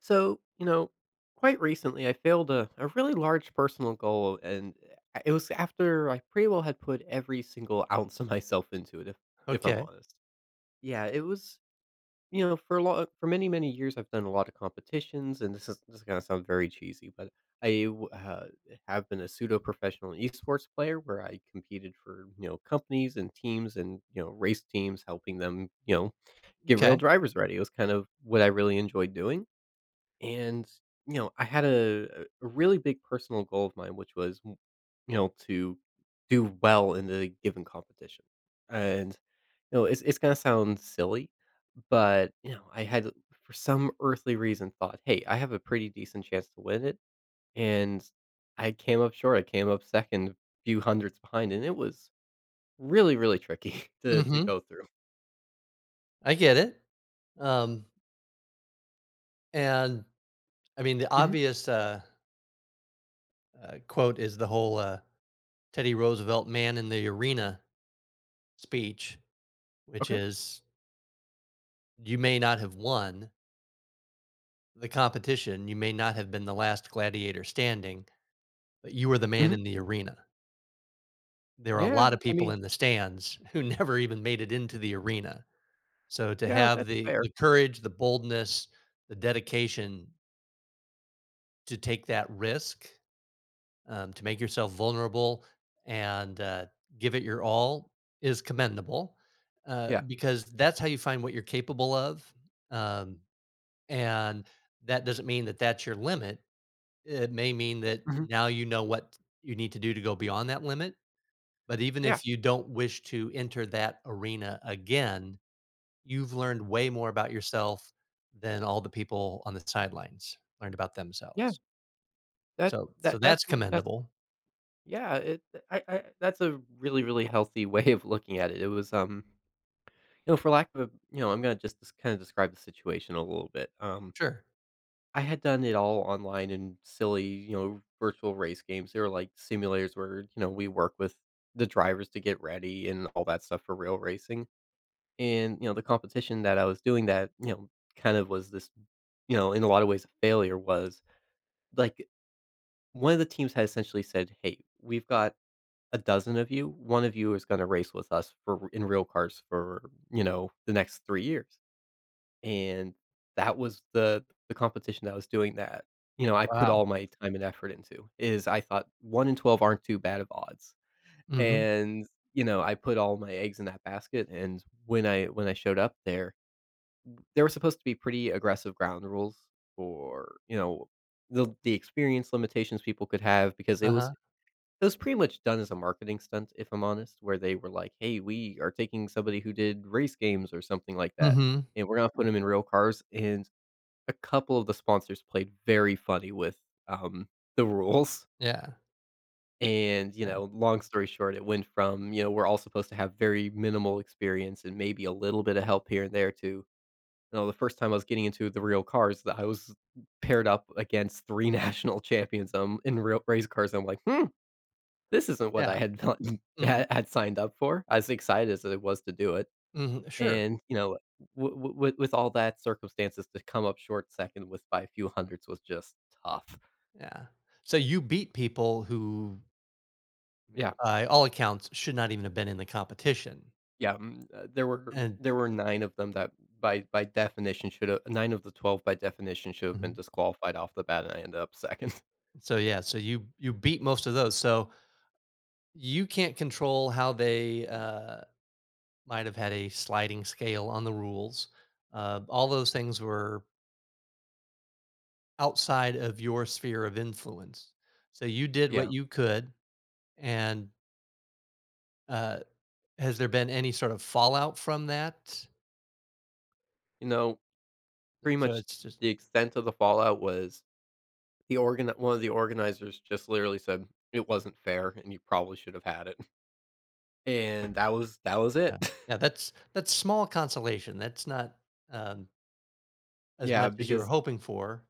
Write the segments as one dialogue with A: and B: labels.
A: So, quite recently I failed a really large personal goal, and it was after I pretty well had put every single ounce of myself into it, if I'm
B: Okay,
A: honest. Yeah, it was, for many, many years, I've done a lot of competitions, and this is going to sound very cheesy, but I w- uh, have been a pseudo professional esports player where I competed for companies and teams and race teams, helping them get real
B: okay.
A: drivers ready. It was kind of what I really enjoyed doing and, I had a really big personal goal of mine, which was, to do well in the given competition. And, it's going to sound silly, but, I had, for some earthly reason, thought, hey, I have a pretty decent chance to win it. And I came up short. I came up second, few hundreds behind. And it was really, really tricky to
B: Mhm.
A: go through.
B: I get it. Um, and I mean, the
A: Mhm.
B: obvious, quote is the whole, Teddy Roosevelt man in the arena speech, which
A: Okay.
B: is, "You may not have won the competition, you may not have been the last gladiator standing, but you were the man
A: Mhm.
B: in the arena." There are a lot
A: Yeah.
B: of
A: I
B: people
A: mean,
B: in the stands who never even made it into the arena. So to
A: yeah,
B: have
A: that's
B: the
A: fair.
B: the courage, the boldness, the dedication to take that risk, to make yourself vulnerable, and give it your all is commendable,
A: Yeah.
B: because that's how you find what you're capable of. Um, and that doesn't mean that that's your limit. It may mean that
A: Mhm.
B: now you know what you need to do to go beyond that limit. But even
A: Yeah.
B: if you don't wish to enter that arena again, you've learned way more about yourself than all the people on the sidelines learned about
A: Yeah.
B: themselves.
A: That
B: So
A: that that's
B: that's
A: that's,
B: commendable.
A: yeah, it I that's a really, really healthy way of looking at it. It was, for lack of a I'm gonna just kinda describe the situation a little bit.
B: Sure.
A: I had done it all online in silly, virtual race games. They were like simulators where, we work with the drivers to get ready and all that stuff for real racing. And, the competition that I was doing that, kind of was this, in a lot of ways a failure was, like, one of the teams had essentially said, "Hey, we've got a dozen of you, one of you is going to race with us for in real cars for the next 3 years." And that was the competition that was doing that. I put all
B: Wow.
A: my time and effort into is I thought one in 12 aren't too bad of odds,
B: Hmm.
A: and I put all my eggs in that basket. And when I showed up there, there were supposed to be pretty aggressive ground rules for the experience limitations people could have because
B: Uh-huh.
A: it was pretty much done as a marketing stunt, if I'm honest, where they were like, "Hey, we are taking somebody who did race games or something like that,
B: Mhm.
A: and we're gonna put them in real cars," and a couple of the sponsors played very funny with, um, the rules,
B: Yeah.
A: and,
B: Yeah.
A: long story short, it went from, we're all supposed to have very minimal experience and maybe a little bit of help here and there to, the first time I was getting into the real cars that I was paired up against 3 national champions, in real race cars, I'm like, "Hmm." This isn't what I
B: Yeah.
A: had pla
B: Mm.
A: had signed up for, as excited as it was to do it,
B: Mhm. Sure.
A: and, w w with all that circumstances to come up short second with by a few hundreds was just tough.
B: Yeah. So you beat people who,
A: Yeah,
B: by all accounts, should not even have been in the competition.
A: yeah,
B: And.
A: there were 9 of them that by definition should have 9 of the 12 by definition should have been
B: Mhm.
A: disqualified off the bat, and I ended up second.
B: So, yeah, so you beat most of those. So you can't control how they, might have had a sliding scale on the rules. All those things were outside of your sphere of influence. So you did
A: Yeah,
B: what you could. And, uh, has there been any sort of fallout from that?
A: you know, pretty
B: So
A: much
B: it's just.
A: the extent of the fallout was the organ one of the organizers just literally said, "It wasn't fair, and you probably should have had it." And that was it.
B: Yeah. Yeah, that's small consolation. That's not, um, as
A: Yeah,
B: much as you were
A: because
B: hoping for.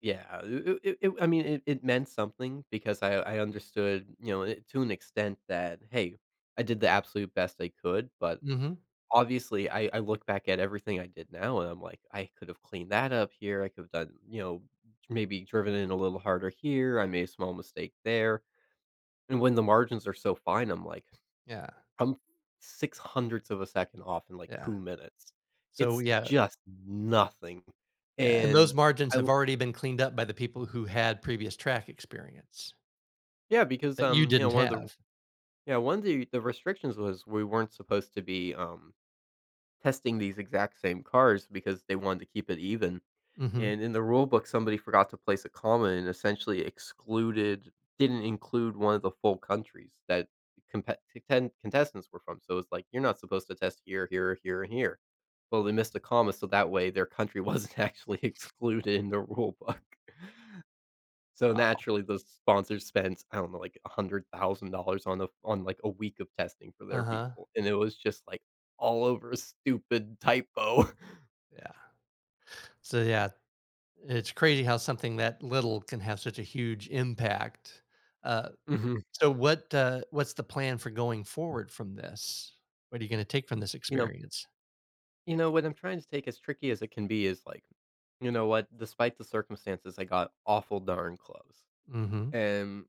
A: yeah, it I mean, it meant something because I understood, it to an extent that, "Hey, I did the absolute best I could," but
B: Mhm.
A: obviously, I look back at everything I did now, and I'm like, "I could have cleaned that up here. I could have done," "maybe driven in a little harder here. I made a small mistake there." And when the margins are so fine, I'm like,
B: Yeah,
A: I'm 6 hundredths of a second off in, like,
B: yeah.
A: 2 minutes.
B: So,
A: It's
B: yeah,
A: just nothing,
B: yeah, and
A: and
B: those margins
A: I
B: have
A: l
B: already been cleaned up by the people who had previous track experience
A: yeah, because,
B: that you didn't
A: one of the
B: have.
A: yeah, one of the restrictions was we weren't supposed to be, testing these exact same cars because they wanted to keep it even.
B: Mhm.
A: And in the rule book, somebody forgot to place a comma and essentially excluded didn't include one of the full countries that compe contend contestants were from. So it's like, "You're not supposed to test here, here, here, and here." Well, they missed a comma, so that way their country wasn't actually excluded in the rule book. So
B: Wow.
A: naturally, the sponsors spent, I don't know, like $100,000 on a on, like, a week of testing for their
B: Uh-huh.
A: people, and it was just, like, all over a stupid typo.
B: Yeah. So, yeah, it's crazy how something that little can have such a huge impact. Uh,
A: Mhm.
B: so what, what's the plan for going forward from this? What are you gonna take from this
A: You know
B: experience?
A: You know, what I'm trying to take as tricky as it can be is like, you know what, despite the circumstances, I got awful darn close.
B: Mhm.
A: And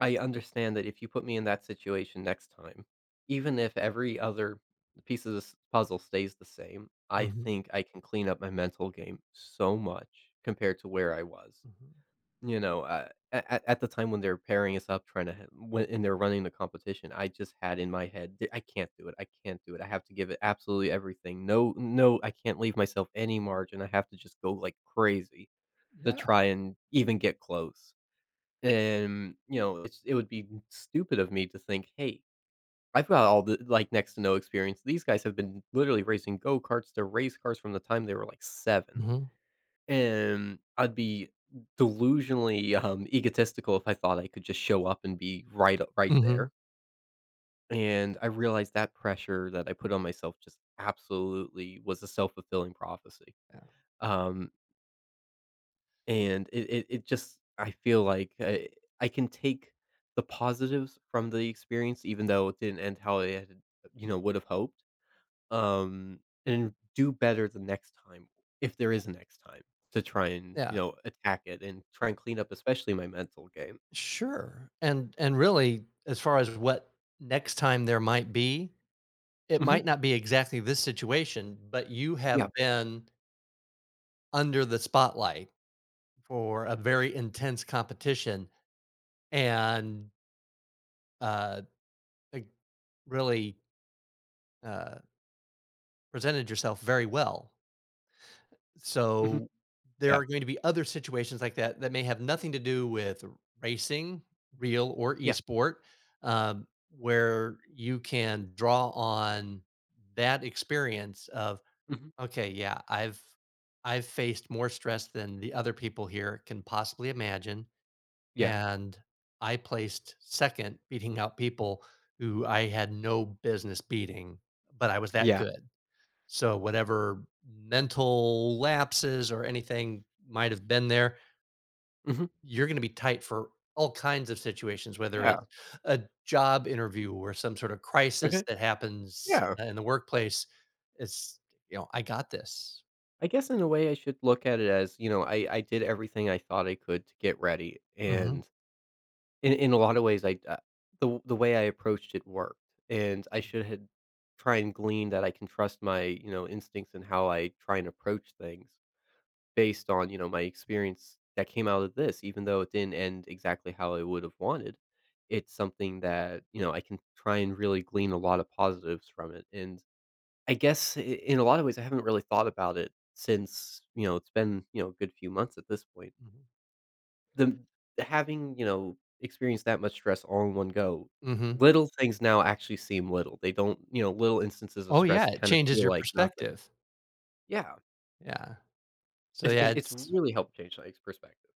A: I understand that if you put me in that situation next time, even if every other piece of this puzzle stays the same, I
B: Mhm,
A: think I can clean up my mental game so much compared to where I was.
B: mhm.
A: At the time when they're pairing us up, trying to h when and they're running the competition, I just had in my head, "D I can't do it, I can't do it. I have to give it absolutely everything. No, no, I can't leave myself any margin. I have to just go like crazy to
B: Yeah.
A: try and even get close." And, it's it would be stupid of me to think, "Hey, I've got all the like, next to no experience. These guys have been literally racing go-karts to race cars from the time they were, like, 7."
B: Mhm,
A: And I'd be delusionally, egotistical if I thought I could just show up and be right
B: mhm.
A: there, and I realized that pressure that I put on myself just absolutely was a self-fulfilling prophecy.
B: Yeah,
A: Um, and it it it just I feel like I can take the positives from the experience even though it didn't end how I had, would have hoped. Um, and do better the next time, if there is a next time, to try and,
B: yeah,
A: attack it and try and clean up especially my mental game.
B: sure, and really, as far as what next time there might be, it
A: Mhm.
B: might not be exactly this situation, but you
A: Yeah.
B: have been under the spotlight for a very intense competition, and, uh, like, really, uh, presented yourself very well.
A: Mhm.
B: So, there
A: Yeah.
B: are going to be other situations like that that may have nothing to do with racing, real or
A: Yeah.
B: esport, where you can draw on that experience of,
A: Mhm.
B: "Okay, yeah, I've faced more stress than the other people here can possibly imagine,
A: Yeah.
B: and I placed 2nd beating out people who I had no business beating, but I was that
A: Yeah.
B: good." So whatever mental lapses or anything might have been there,
A: Mhm.
B: you're going to be tight for all kinds of situations, whether
A: Yeah.
B: it's a job interview or some sort of crisis
A: Okay.
B: that happens,
A: Yeah.
B: in the workplace. It's, I got this.
A: I guess in a way I should look at it as, I did everything I thought I could to get ready,
B: Hmm.
A: and in a lot of ways, I the way I approached it worked, and I should have try and glean that I can trust my, instincts and how I try and approach things. Based on, my experience that came out of this, even though it didn't end exactly how I would have wanted, it's something that, I can try and really glean a lot of positives from it. And I guess in a lot of ways, I haven't really thought about it since, it's been, a good few months at this point.
B: Hmm.
A: The Having, experienced that much stress all in one go,
B: Hmm.
A: little things now actually seem little. They don't, little instances of
B: Oh,
A: stress
B: yeah. It
A: kind of
B: changes
A: feel
B: your
A: like nothing.
B: perspective.
A: Yeah.
B: Yeah. So,
A: It,
B: yeah,
A: it, it's
B: it's
A: really helped change my perspective.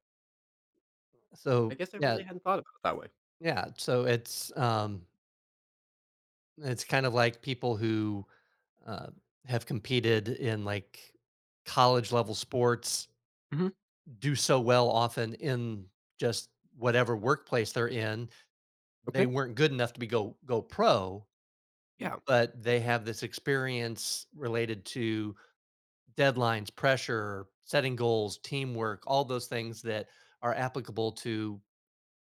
A: I
B: so,
A: guess I
B: yeah,
A: really hadn't thought about it that way.
B: yeah. So it's kind of like people who uh, have competed in, like, college level sports
A: Mhm.
B: do so well often in just whatever workplace they're in. They
A: Okay.
B: weren't good enough to be go pro,
A: Yeah.
B: but they have this experience related to deadlines, pressure, setting goals, teamwork, all those things that are applicable to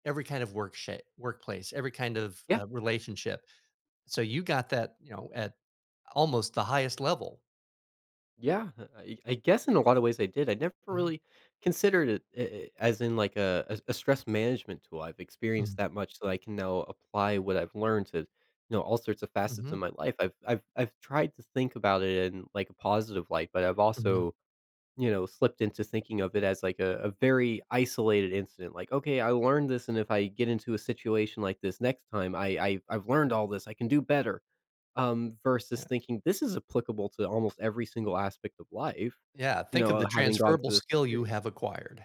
B: every kind of workplace, every kind of,
A: Yeah.
B: relationship. So you got that, at almost the highest level.
A: Yeah. I guess in a lot of ways I did. I never
B: Hmm.
A: really considered it I as in like a stress management tool. I've experienced that much so I can now apply what I've learned to, all sorts of facets
B: Hmm.
A: of my life. I've tried to think about it in like a positive light, but I've
B: Hmm.
A: also, slipped into thinking of it as like a very isolated incident. Like, okay, I learned this and if I get into a situation like this next time, I've learned all this. I can do better. Versus
B: Yeah,
A: thinking this is applicable to almost every single aspect of life,
B: yeah, think of the
A: having gone
B: transferable
A: through this
B: skill you
A: experience.
B: have acquired.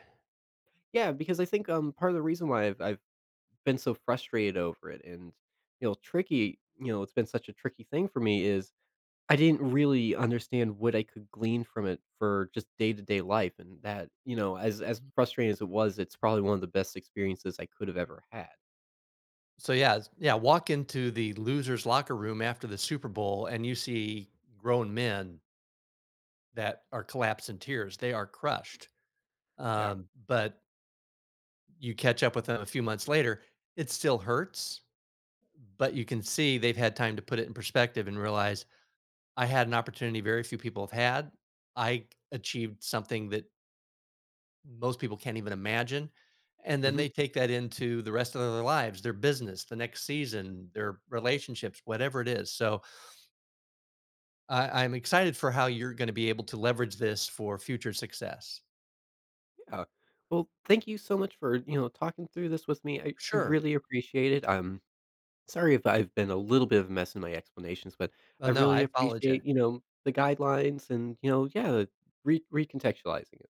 A: Yeah, because I think, part of the reason why I've been so frustrated over it and, tricky it's been such a tricky thing for me is I didn't really understand what I could glean from it for just day-to-day life, and that, as
B: Mhm.
A: frustrating as it was, it's probably one of the best experiences I could have ever had.
B: So, yeah, s yeah, walk into the loser's locker room after the Super Bowl, and you see grown men that are collapsed in tears. They are crushed,
A: Yeah.
B: but you catch up with them a few months later, it still hurts, but you can see they've had time to put it in perspective and realize, "I had an opportunity very few people have had. I achieved something that most people can't even imagine." And then
A: Mhm,
B: they take that into the rest of their lives, their business, the next season, their relationships, whatever it is. So I'm excited for how you're going to be able to leverage this for future success.
A: yeah. Well, thank you so much for, talking through this with me. I
B: Sure.
A: really appreciate it. Sorry if I've been a little bit of a mess in my explanations, but I
B: No, I
A: really
B: apologize.
A: appreciate, the guidelines and, yeah, re recontextualizing it.